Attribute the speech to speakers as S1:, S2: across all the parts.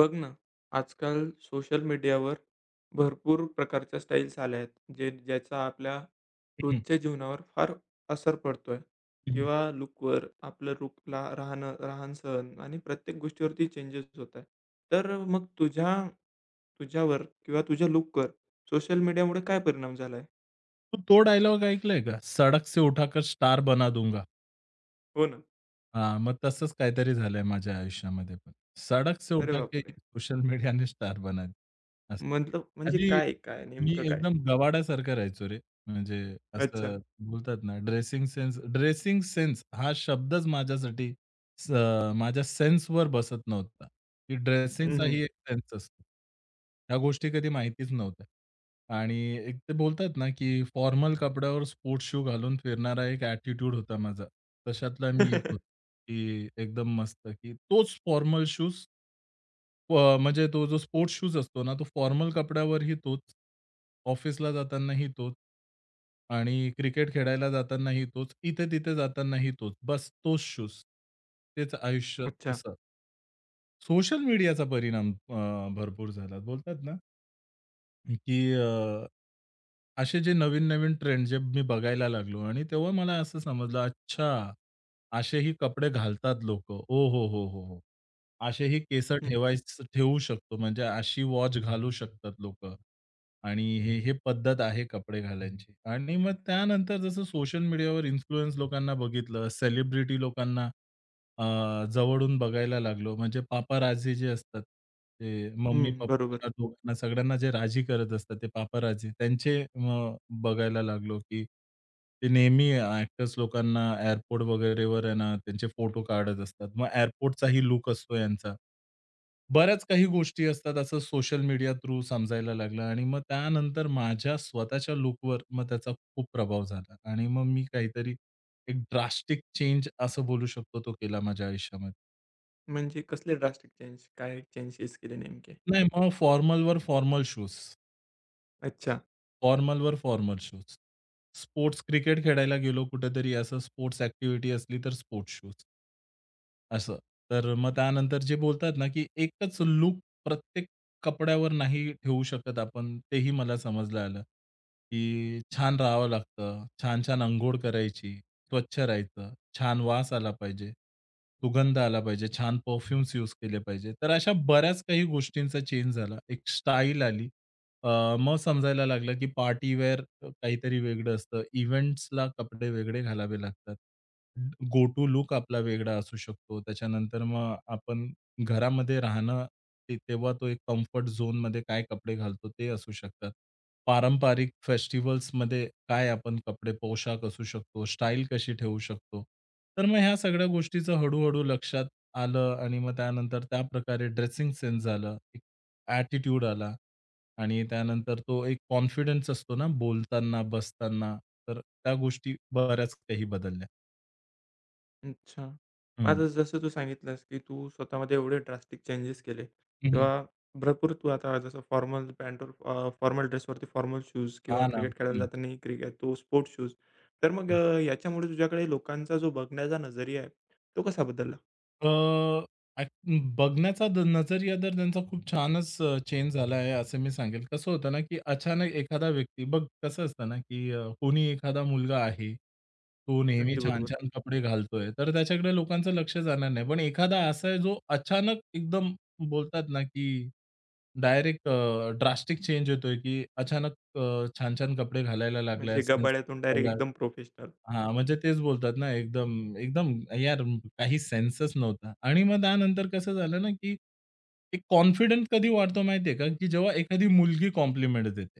S1: बघ ना, आजकाल सोशल मीडियावर भरपूर प्रकारच्या स्टाईल्स आल्या आहेत, जे ज्याचा आपल्या
S2: हं,
S1: रोजच्या जीवनावर फार असर पडतोय
S2: हं.
S1: किंवा लूकवर, आपलं लूकला राहणं, राहण-सहण आणि प्रत्येक गोष्टीवरती चेंजेस होत आहे. तर मग तुझ्यावर किंवा तुझ्या लूकवर सोशल मीडियामुळे काय परिणाम झालाय?
S2: तू तो डायलॉग ऐकलाय का? "सडक से उठाकर स्टार बना दूंगा."
S1: हो ना.
S2: हां, मग तसंच काहीतरी झालंय माझ्या आयुष्यामध्ये पण. सडक से
S1: अरे
S2: उठा के एक
S1: बापरे!
S2: सोशल मीडियाने स्टार बना दी. असं.
S1: मतलब म्हणजे
S2: आधी
S1: काय, काय
S2: मी
S1: नेमकं काय?
S2: एकदम गवाड्यासारखा राहायचो रे. म्हणजे असं
S1: अच्छा.
S2: बोलतात ना, ड्रेसिंग सेन्स, ड्रेसिंग सेन्स हा शब्दच माझ्यासाठी स माझ्या सेन्सवर बसत नव्हता. की
S1: हं, हं.
S2: ड्रेसिंगचाही एक सेन्स असतो. ह्या गोष्टी कधी माहितीच नव्हत्या. आणि एक ते बोलतात ना, की फॉर्मल कपड्यावर स्पोर्ट्स शू घालून फिरणारा एक ॲटिट्यूड होता माझा. तशातला मी एक होतो. की एकदम मस्त, की तोच फॉर्मल शूज, म्हणजे तो जो स्पोर्ट्स शूज असतो ना, तो फॉर्मल कपड्यावरही तोच, ऑफिसला जातानाही तोच आणि क्रिकेट खेळायला जातानाही तोच, इथे-तिथे जातानाही तोच. बस तोच शूज. तेच आयुष्य
S1: अच्छा.
S2: तसं. सोशल मीडियाचा परिणाम भरपूर झाला. बोलतात ना, की असे जे नवीन-नवीन ट्रेंड जे मी बघायला लागलो आणि तेव्हा मला असं समजलं, अच्छा, असेही कपडे घालतात लोकं. ओ हो, हो, हो, हो. असेही केस
S1: हं,
S2: ठेवू शकतो. म्हणजे अशी वॉच घालू शकतात लोकं. आणि हे हे पद्धत आहे कपडे घालायची. आणि मग त्यानंतर जसं सोशल मीडियावर इन्फ्लुअन्स लोकांना बघितलं, सेलिब्रिटी लोकांना अ, जवळून बघायला लागलो. म्हणजे पापाराझी जे असतात, ते
S1: हं. बरोबर.
S2: मम्मी-पप्पाला दोघांना सगळ्यांना जे राजी करत असतात, ते पापाराझी त्यांचे मग बघायला लागलो, की ते नेहमी ॲक्टर्स लोकांना एअरपोर्ट वगैरेवर आहे ना, त्यांचे फोटो काढत असतात. मग एअरपोर्टचाही लूक असतो यांचा. बऱ्याच काही गोष्टी असतात असं सोशल मीडिया थ्रू समजायला लागलं आणि मग त्यानंतर माझ्या स्वतःच्या लूकवर मग त्याचा खूप प्रभाव झाला आणि मग मी काहीतरी एक ड्रास्टिक चेंज असं बोलू शकतो तो केला माझ्या आयुष्यामध्ये.
S1: म्हणजे कसले ड्रास्टिक चेंज? काय चेंजेस केले नेमके?
S2: नाही मग फॉर्मलवर फॉर्मल शूज.
S1: अच्छा,
S2: फॉर्मलवर फॉर्मल शूज. स्पोर्ट्स क्रिकेट खेळायला गेलो कुठेतरी असं स्पोर्ट्स ॲक्टिव्हिटी असली तर स्पोर्ट्स शूज. असं. तर मग त्यानंतर जे बोलतात ना, की एकच लूक प्रत्येक कपड्यावर नाही ठेवू शकत आपण, तेही मला समजलं आलं, की छान राहावं लागतं. छान-छान अंघोळ करायची, स्वच्छ राहायचं, छान वास आला पाहिजे, सुगंध आला पाहिजे, छान परफ्यूम्स यूज केले पाहिजे. तर अशा बऱ्याच काही गोष्टींचा चेंज झाला. एक स्टाईल आली. मग समजायला लागलं की पार्टीवेअर काहीतरी वेगळं असतं. इव्हेंट्सला कपडे वेगळे घालावे लागतात. गो टू लूक आपला वेगळा असू शकतो. त्याच्यानंतर मग आपण घरामध्ये राहणं ते तेव्हा तो एक कम्फर्ट झोनमध्ये काय कपडे घालतो ते असू शकतात. पारंपरिक फेस्टिव्हल्समध्ये काय आपण कपडे, पोशाख असू शकतो, स्टाईल कशी ठेवू शकतो. तर मग ह्या सगळ्या गोष्टीचं हळू लक्षात आलं आणि मग त्यानंतर त्याप्रकारे ड्रेसिंग सेन्स झालं, एक ॲटिट्यूड आला. आणि त्यानंतर तो एक कॉन्फिडन्स असतो ना, बोलताना, बसताना, तर त्या गोष्टी बऱ्याच काही बदलल्या.
S1: अच्छा. मग
S2: हं.
S1: आता जसं तू सांगितलंस, की तू स्वतःमध्ये एवढे ड्रास्टिक चेंजेस केले
S2: हं, हं.
S1: किंवा भरपूर तू आता जसं फॉर्मल पॅन्टवर फॉर्मल ड्रेसवरती फॉर्मल शूज किंवा
S2: हां ना.
S1: क्रिकेट खेळायला
S2: हं.
S1: जाताना क्रिकेट तो स्पोर्ट्स शूज. तर मग याच्यामुळे तुझ्याकडे लोकांचा जो बघण्याचा नजरिया आहे, तो कसा बदलला?
S2: अ, ॲक बघण्याचा नजरिया तर त्यांचा खूप छानच चेंज झाला आहे, असं मी सांगेल. कसं होतं ना, की अचानक एखादा व्यक्ती बघ, कसं असतं ना, की कोणी एखादा मुलगा आहे, तो नेहमी
S1: अगदी बरोबर.
S2: छान-छान कपडे घालतोय, तर त्याच्याकडे लोकांचं लक्ष जाणार नाही. पण एखादा असा आहे, जो अचानक एकदम बोलतात ना, की डायरेक्ट ड्रास्टिक चेंज येतोय, की अचानक छान-छान कपडे घालायला लागलाय.
S1: म्हणजे गबाळ्यातून डायरेक्ट
S2: ठेवला.
S1: एकदम प्रोफेशनल.
S2: हां, म्हणजे तेच बोलतात ना, एकदम एकदम, यार काही सेन्सच नव्हता. आणि मग त्यानंतर कसं झालं ना, की एक कॉन्फिडन्स कधी वाढतो माहिती का, की जेव्हा एखादी मुलगी कॉम्प्लिमेंट देते.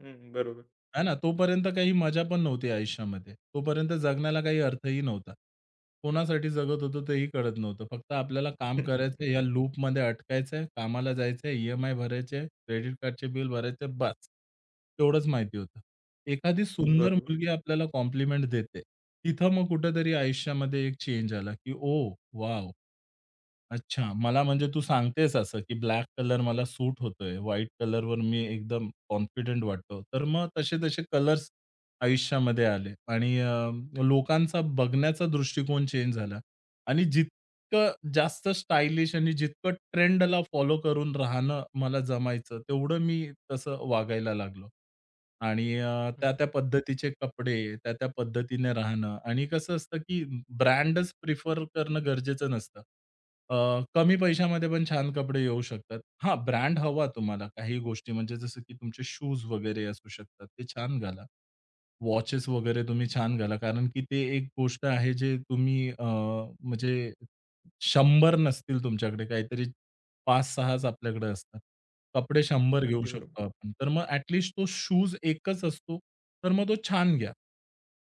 S1: हं, बरोबर.
S2: आहे ना, तोपर्यंत काही मजा पण नव्हती आयुष्यामध्ये. तोपर्यंत जगण्याला काही अर्थही नव्हता. कोणासाठी जगत होतो तेही कळत नव्हतं. फक्त आपल्याला काम करायचं या लूपमध्ये अटकायचंय, कामाला जायचंय, ई-एम-आय भरायचे, क्रेडिट कार्डचे बिल भरायचे, बस. तेवढंच माहिती होतं. एखादी सुंदर
S1: बरोबर.
S2: मुलगी आपल्याला कॉम्प्लिमेंट देते. तिथं मग कुठेतरी आयुष्यामध्ये एक चेंज आला, की ओह, वॉव! अच्छा. मला म्हणजे तू सांगतेस असं, की ब्लॅक कलर मला सूट होतोय, व्हाईट कलरवर मी एकदम कॉन्फिडंट वाटतो. तर मग तसे-तसे कलर्स आयुष्यामध्ये आले आणि लोकांचा बघण्याचा दृष्टिकोन चेंज झाला आणि जितकं जास्त स्टायलिश आणि जितकं ट्रेंडला फॉलो करून राहणं मला जमायचं, तेवढं मी तसं वागायला लागलो. आणि त्या-त्या
S1: अच्छा.
S2: पद्धतीचे कपडे, त्या-त्या पद्धतीने राहणं आणि कसं असतं, की ब्रँडच प्रिफर करणं गरजेचं नसतं. अ, कमी पैशामध्ये पण छान कपडे येऊ शकतात. हां, ब्रँड हवा तुम्हाला काही गोष्टी म्हणजे जसं की तुमचे शूज वगैरे असू शकतात, ते छान घाला. वॉचेस वगैरे तुम्ही छान घाला. कारण की ते एक गोष्ट आहे जे तुम्ही म्हणजे 100 नसतील तुमच्याकडे काहीतरी 5-6च आपल्याकडे असतात. कपडे 100 घेऊ
S1: अगदी बरोबर.
S2: शकतो आपण. तर मग ॲट लीस्ट तो शूज एकच असतो, तर मग तो छान घ्या.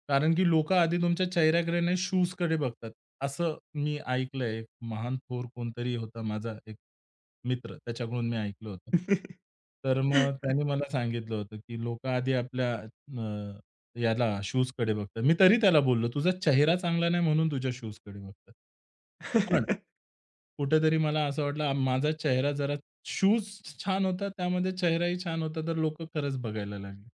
S2: कारण की लोकं आधी तुमच्या चेहऱ्याकडे नाही, शूजकडे बघतात. असं मी ऐकलंय. एक महान थोर कोणतरी होता माझा एक मित्र, त्याच्याकडून मी ऐकलं होतं. तर मग त्याने मला सांगितलं होतं, की लोकं आधी आपल्या याला शूजकडे बघतात. मी तरी त्याला बोललो, "तुझा चेहरा चांगला नाही म्हणून तुझ्या शूजकडे बघतात." पण कुठेतरी मला असं वाटलं माझा चेहरा जरा शूज छान होता, त्यामध्ये चेहराही छान होता, तर लोकं खरंच बघायला लागले.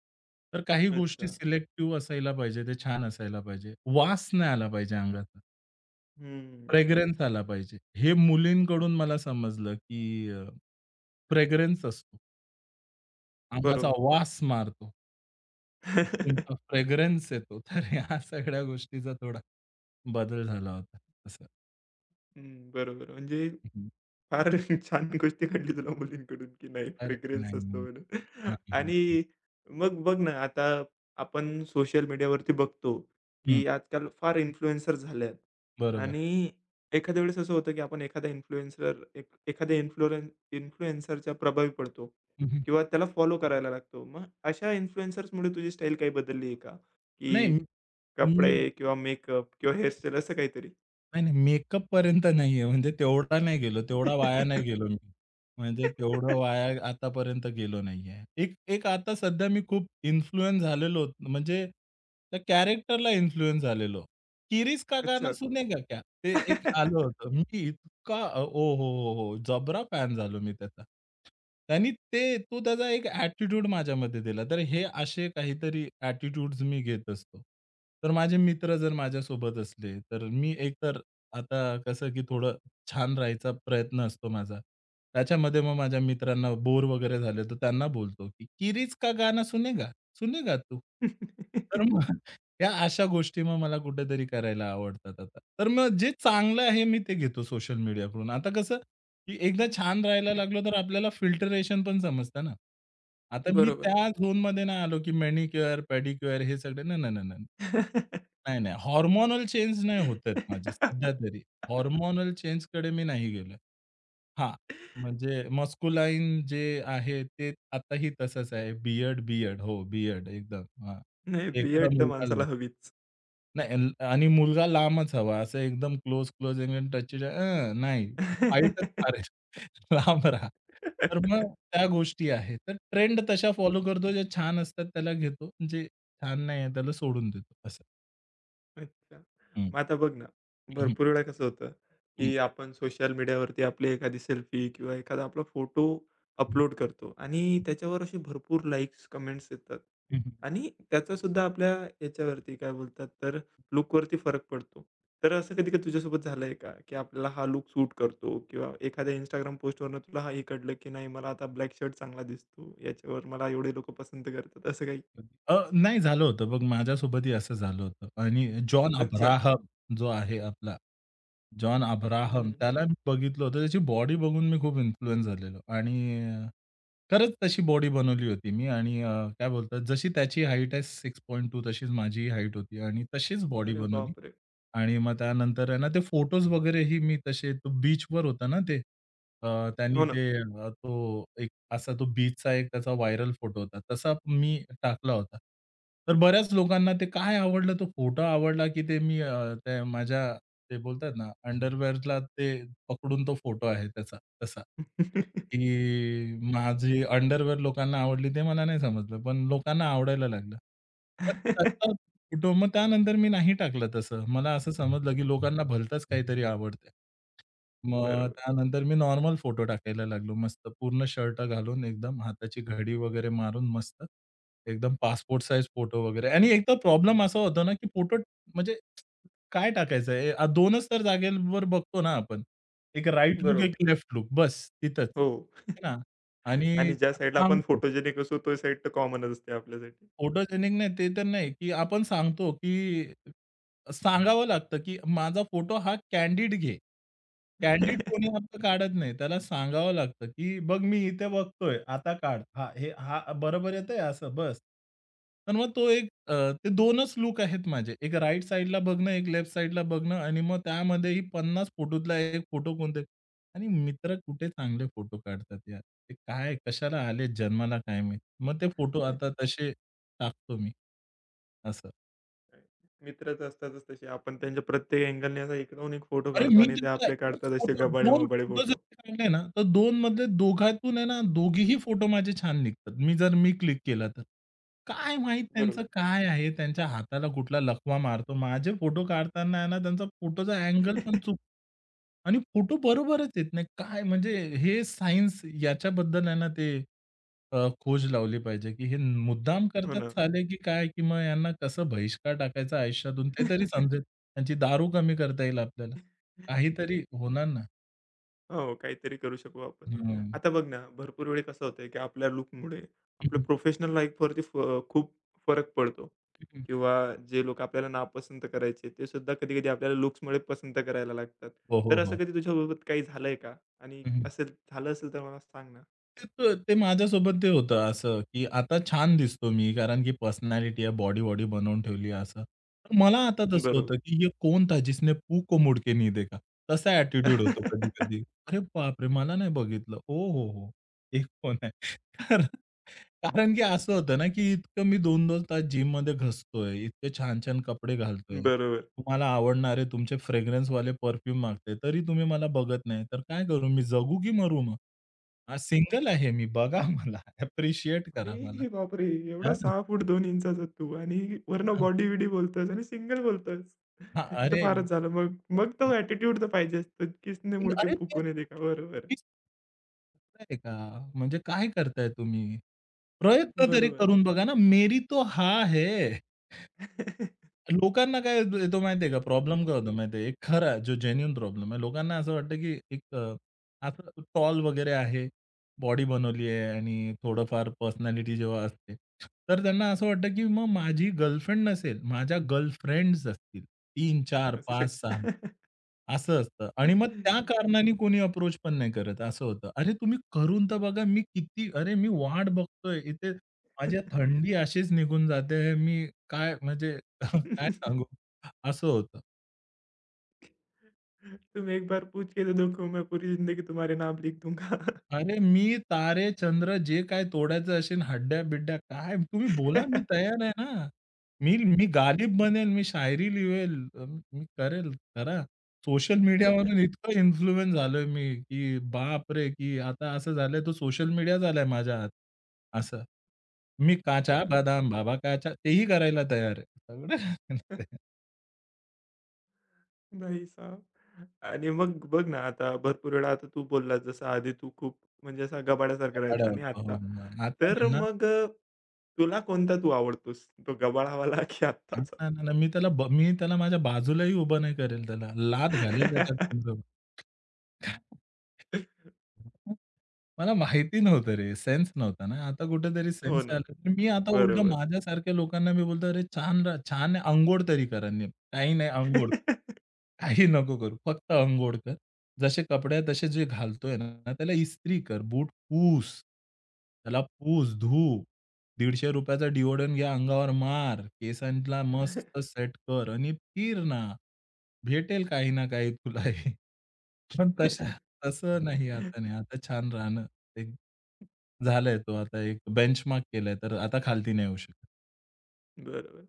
S2: तर काही गोष्टी
S1: अच्छा.
S2: सिलेक्टिव्ह असायला पाहिजे, ते छान असायला पाहिजे. वास नाही आला पाहिजे अंगाचा,
S1: हं,
S2: फ्रेग्रन्स आला पाहिजे. हे मुलींकडून मला समजलं, की फ्रेग्रन्स असतो. अंगाचा
S1: बरोबर.
S2: वास मारतो. तुमचा फ्रेग्रन्स येतो. तर ह्या सगळ्या गोष्टीचा थोडा बदल झाला होता असं.
S1: हं, बरोबर. म्हणजे
S2: हं.
S1: फार छान गोष्टी कळली तुला मुलींकडून, की नाही
S2: अरे
S1: फ्रेग्रन्स
S2: नाही,
S1: असतो
S2: नाही.
S1: म्हणून.
S2: हां, हं, हं.
S1: आणि मग बघ ना, आता आपण सोशल मीडियावरती बघतो,
S2: हं,
S1: की आजकाल फार इन्फ्लुएन्सर झाल्यात
S2: बरोबर.
S1: आणि एखाद्या वेळेस असं होतं, की आपण एखादा इन्फ्लुएन्सर एक एखाद्या इन्फ्लुएन्सरच्या प्रभावी पडतो
S2: हं, हं.
S1: किंवा त्याला फॉलो करायला लागतो. मग अशा इन्फ्लुएन्सर्समुळे तुझी स्टाईल काही बदलली आहे का?
S2: नाही,
S1: की
S2: मी
S1: कपडे किंवा मेकअप किंवा हेअरस्टाईल असं काहीतरी?
S2: नाही, नाही. मेकअपपर्यंत नाहीये. म्हणजे तेवढा नाही गेलो, तेवढा वाया नाही गेलो मी. म्हणजे तेवढं वाया आतापर्यंत गेलो नाहीये. एक एक आता सध्या मी खूप इन्फ्लुअन्स झालेलो म्हणजे त्या कॅरेक्टरला इन्फ्लुअन्स झालेलो. "किरीस का गाना
S1: अच्छा.
S2: सुनेगा क्या?" ते एक आलं होतं. मी इतका ओ हो, हो, हो! जबरा फॅन झालो मी त्याचा. त्यांनी ते तो त्याचा एक ॲटिट्यूड माझ्यामध्ये दिला. तर हे असे काहीतरी ॲटिट्यूड्स मी घेत असतो. तर माझे मित्र जर माझ्यासोबत असले, तर मी एकतर आता कसं की थोडं छान राहायचा प्रयत्न असतो माझा. त्याच्यामध्ये मग माझ्या मित्रांना बोर वगैरे झाले, तर त्यांना बोलतो की, "किरीज का गाना सुनेगा? सुनेगा तू?" तर मग या अशा गोष्टी मग मला कुठेतरी करायला आवडतात आता. तर मग जे चांगलं आहे मी ते घेतो सोशल मीडियाकडून. आता कसं की एकदा छान राहायला लागलो, तर आपल्याला फिल्टरेशन पण समजतं ना. आता मी
S1: बरोबर.
S2: त्या झोनमध्ये नाही आलो की मॅनिक्युअर, पेडिक्युअर हे सगळे. ना, ना, ना, ना. नाही, नाही. हॉर्मोनल चेंज नाही होत आहेत माझे सध्या तरी. हॉर्मोनल चेंजकडे मी नाही गेलोय. हां, म्हणजे मस्क्युलाईन जे आहे ते आताही तसंच आहे. Beard, beard. हो, बियर्ड एकदम. हां.
S1: नाही,
S2: एखादा
S1: बियर्ड तर
S2: मुलगा
S1: माणसाला हवीच.
S2: नाही आणि मुलगा लांबच हवा. असं एकदम क्लोज, क्लोज एंगल टच नाही. हाईटच मारेल. लांब राहा. तर मग त्या गोष्टी आहेत. तर ट्रेंड तशा फॉलो करतो. जे छान असतात त्याला घेतो. जे छान नाही आहे त्याला सोडून देतो असं.
S1: अच्छा.
S2: हं.
S1: मग आता बघ ना,
S2: हं,
S1: भरपूर वेळा कसं होतं,
S2: हं.
S1: की आपण सोशल मीडियावरती आपली एखादी सेल्फी किंवा एखादा आपला फोटो
S2: हं,
S1: अपलोड करतो आणि त्याच्यावर असे भरपूर लाइक्स, कमेंट्स येतात
S2: हं, हं.
S1: आणि त्याचासुद्धा आपल्या याच्यावरती काय बोलतात तर लूकवरती फरक पडतो. तर असं कधी कधी तुझ्यासोबत झालंय का, की आपल्याला हा लूक सूट करतो किंवा एखाद्या Instagram पोस्टवरनं तुला हे कळलं, की नाही मला आता ब्लॅक शर्ट चांगला दिसतो, याच्यावर मला एवढे लोकं पसंत करतात, असं काही?
S2: नाही झालं होतं बघ, माझ्यासोबतही असं झालं होतं आणि जॉन
S1: अच्छा.
S2: अब्राहम जो आहे आपला, जॉन अब्राहम
S1: हं.
S2: त्याला मी बघितलं होतं. त्याची बॉडी बघून मी खूप इन्फ्लुअन्स झालेलो आणि खरंच तशी बॉडी बनवली होती मी आणि काय बोलतात जशी त्याची हाईट आहे 6.2 तशीच माझीही हाईट होती आणि तशीच बॉडी
S1: अरे
S2: बनवली.
S1: बापरे!
S2: आणि मग त्यानंतर आहे ना, ते फोटोज वगैरेही मी तसे तो बीचवर होता ना ते. अ, त्यांनी
S1: हो ना.
S2: ते तो एक असा तो बीचचा एक त्याचा व्हायरल फोटो होता. तसा मी टाकला होता. तर बऱ्याच लोकांना ते काय आवडलं, तो फोटो आवडला, की ते मी ते माझ्या ते बोलतात ना, अंडरवेअरला ते पकडून तो फोटो आहे त्याचा तसा, की माझी अंडरवेअर लोकांना आवडली ते मला नाही समजलं, पण लोकांना आवडायला लागलं. मग तसा फोटो मग त्यानंतर मी नाही टाकलं तसं. मला असं समजलं, की लोकांना भलतंच काहीतरी आवडतंय. मग
S1: बरोबर,
S2: त्यानंतर मी नॉर्मल फोटो टाकायला लागलो मस्त पूर्ण शर्ट घालून एकदम हाताची घडी वगैरे मारून मस्त एकदम पासपोर्ट साइज फोटो वगैरे आणि एक तर प्रॉब्लेम असा होता ना, की फोटो म्हणजे काय टाकायचं आहे? 2च तर जागेवर बघतो ना आपण. एक राइट लूक, एक
S1: बरोबर.
S2: लेफ्ट लूक बस तिथंच.
S1: हो.
S2: है ना? आणि
S1: आणि ज्या साइडला आपण
S2: सांगतो.
S1: फोटोजेनिक असू, तो साइड तर कॉमनच असते आपल्यासाठी.
S2: फोटोजेनिक नाही ते तर नाही, की आपण सांगतो, की सांगावं लागतं, की माझा फोटो हा कॅन्डिड घे. कॅन्डिड कोणी आपलं काढत नाही. त्याला सांगावं लागतं, की "बघ मी इथे बघतोय, आता काढ." हां, हे हां, बरोबर येतंय असं बस. तर मग तो एक ते 2च लूक आहेत माझे. एक राइट साइडला बघणं, एक लेफ्ट साइडला बघणं आणि मग त्यामध्येही 50 फोटोतला एक फोटो कोणते आणि मित्र कुठे चांगले फोटो काढतात यार. ते काय कशाला आले जन्माला काय माहीत. मग ते फोटो आता तसे टाकतो मी. असं.
S1: मित्रच असतातच तसे. आपण त्यांच्या प्रत्येक अँगलने असा एकूण एक फोटो
S2: अरे,
S1: काढतो
S2: मी
S1: आणि ते
S2: त्यांचा
S1: आपले
S2: 1
S1: काढतात असे
S2: फोटो 2
S1: गबाळे-मबाळे
S2: फोटो जर
S1: फोटो.
S2: मी काढले ना, तर 2 मधले दोघातून आहे ना, दोघीही फोटो माझे छान निघतात. जर मी क्लिक केला तर. काय माहीत त्यांचं
S1: बरोबर.
S2: काय आहे? त्यांच्या हाताला कुठला लकवा मारतो. माझे फोटो काढताना आहे ना, त्यांचा फोटोचा अँगल पण चूक आणि फोटो बरोबरच येत नाही. काय म्हणजे हे सायन्स याच्याबद्दल आहे ना ते खोज लावली पाहिजे, की हे मुद्दाम
S1: हो
S2: करतात
S1: ना.
S2: साले, की काय, की मग यांना कसं बहिष्कार टाकायचा आयुष्यातून ते तरी समजेल. त्यांची दारू कमी करता येईल आपल्याला. काहीतरी होणार ना.
S1: हो, काहीतरी करू शकू आपण.
S2: हं.
S1: आता बघ ना, भरपूर वेळी कसं होतंय, की आपल्या लूकमुळे आपल्या
S2: हं,
S1: प्रोफेशनल लाईफवरती खूप फरक पडतो
S2: हं.
S1: किंवा जे लोकं आपल्याला नापसंत करायचे, ते सुद्धा कधी-कधी आपल्याला लुक्समुळे पसंत करायला लागतात.
S2: हो, हो,
S1: तर असं
S2: हो.
S1: कधी तुझ्यासोबत काही झालंय का? आणि असेल झालं असेल तर मला सांग ना?
S2: ते तर ते माझ्यासोबत ते होतं असं, की आता छान दिसतो मी कारण की पर्सनॅलिटी आहे, बॉडी-वॉडी बनवून ठेवली आहे असं. तर मला आता तसं होतं,
S1: बरोबर.
S2: की "ये कौन था जिसने पू को मुड़ के नहीं देखा?" तसा ॲटिट्यूड होतो कधी-कधी. अरे बापरे! मला नाही बघितलं. ओ हो, हो! हे कोण आहे? कारण कारण की असं होतं ना, की इतकं मी 2-2 तास जिममध्ये घसतोय, इतके छान-छान कपडे घालतोय.
S1: बरोबर.
S2: तुम्हाला आवडणारे तुमचे फ्रेग्रन्सवाले परफ्यूम मागते, तरी तुम्ही मला बघत नाही. तर काय करू मी, जगू की मरू मग? हां, सिंगल आहे मी. बघा मला, ॲप्रिशिएट करा मला.
S1: अरे बापरे! एवढा
S2: हां, हां.
S1: 6 फूट 2 इंचाचा तू आणि वरनं बॉडी-बिडी बोलतोयस आणि सिंगल बोलतोयस.
S2: हां,
S1: हे तर
S2: अरे,
S1: फारच झालं. मग मग तो ॲटिट्यूड तर पाहिजे असतो. "किसने मुडके
S2: अरे, तेच
S1: फुकून
S2: ना.
S1: येते का?" बरोबर,
S2: मीच करताय का? म्हणजे काय करताय तुम्ही? प्रयत्न तरी
S1: बरोबर.
S2: करून बघा ना. मेरी तो हाँ है. लोकांना काय येतो माहिती आहे का, प्रॉब्लेम काय होतो माहिती एक खरा जो जेन्युइन प्रॉब्लेम आहे. लोकांना असं वाटतं की एक असं टॉल वगैरे आहे, बॉडी बनवली आहे आणि थोडंफार पर्सनॅलिटी जेव्हा असते, तर त्यांना असं वाटतं की मग माझी गर्लफ्रेंड नसेल, माझ्या गर्लफ्रेंड्स असतील. 3, 4,
S1: असू
S2: 5, 6
S1: शकतं.
S2: असं असतं आणि मग त्या कारणाने कोणी अप्रोच पण नाही करत, असं होतं. अरे तुम्ही करून तर बघा, मी किती, अरे मी वाट बघतोय इथे, माझी थंडी अशीच निघून जाते. मी काय म्हणजे
S1: "तुम
S2: काय सांगू? असं होतं.
S1: एक बार पूछ के तो देखो, मैं पूरी ज़िंदगी तुम्हारे नाम लिख दूँगा."
S2: अरे, मी तारे, चंद्र जे काही तोडायचं असेल, हड्ड्या-बिड्ड्या काय तुम्ही बोला मी तयार आहे ना. मी मी गालिब बनेल, मी शायरी लिहेल, मी करेल करा. सोशल मीडियावरून इतकं इन्फ्लुएन्स झालोय मी, की बापरे! की आता असं झालंय तो सोशल मीडिया झालाय माझ्या हात. असं. मी काचा बदाम बाबा काचा तेही करायला तयार आहे. सगळं ते
S1: नाही साहब. आणि मग बघ ना, आता भरपूर वेळा आता तू बोललास जसं आधी तू खूप म्हणजे असा गबाड्यासारखा राहायचा आणि
S2: आवडतं. हो,
S1: आत्ता.
S2: हो. आता
S1: तर मग तुला कोणता तू आवडतोस? तो गबाळावाला की
S2: हां,
S1: आत्ताचा?
S2: नाही, नाही, नाही. मी त्याला माझ्या बाजूलाही उभं नाही करेल त्याला. लाथ घालेल त्याच्या कंबरेवर. मला माहिती नव्हतं रे, सेन्स नव्हता ना. आता कुठेतरी
S1: हो
S2: सेन्स
S1: ना.
S2: आला. तर मी आता उलटं
S1: बरोबर.
S2: माझ्यासारख्या लोकांना मी बोलतो, "अरे छान छान आहे, अंघोळ तरी करा नीट. काही नाही अंघोळ कर. काही नको करू. फक्त अंघोळ कर. जसे कपडे आहेत तसे जे घालतोय ना, त्याला इस्त्री कर. बूट पुस. त्याला पुस, धू. ₹ 150 चा डिओडोरंट घ्या, अंगावर मार. केसांना मस्त सेट कर आणि फिर ना. भेटेल काही ना काही तुला हे." पण तशा तसं नाही आता नाही. आता छान राहणं एक झालंय तो आता एक बेंचमार्क केलाय, तर आता खालती नाही येऊ शकत.
S1: बरोबर.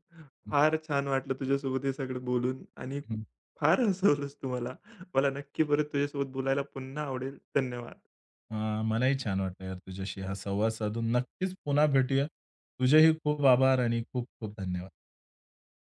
S2: हं,
S1: फार छान वाटलं तुझ्यासोबत हे सगळं बोलून आणि
S2: हं.
S1: फार हसवलंस तू मला. मला नक्की परत तुझ्यासोबत बोलायला पुन्हा आवडेल. धन्यवाद.
S2: अ, मलाही छान वाटलं यार तुझ्याशी हा संवाद साधून. नक्कीच पुन्हा भेटूया. तुझेही खूप आभार आणि खूप खूप धन्यवाद.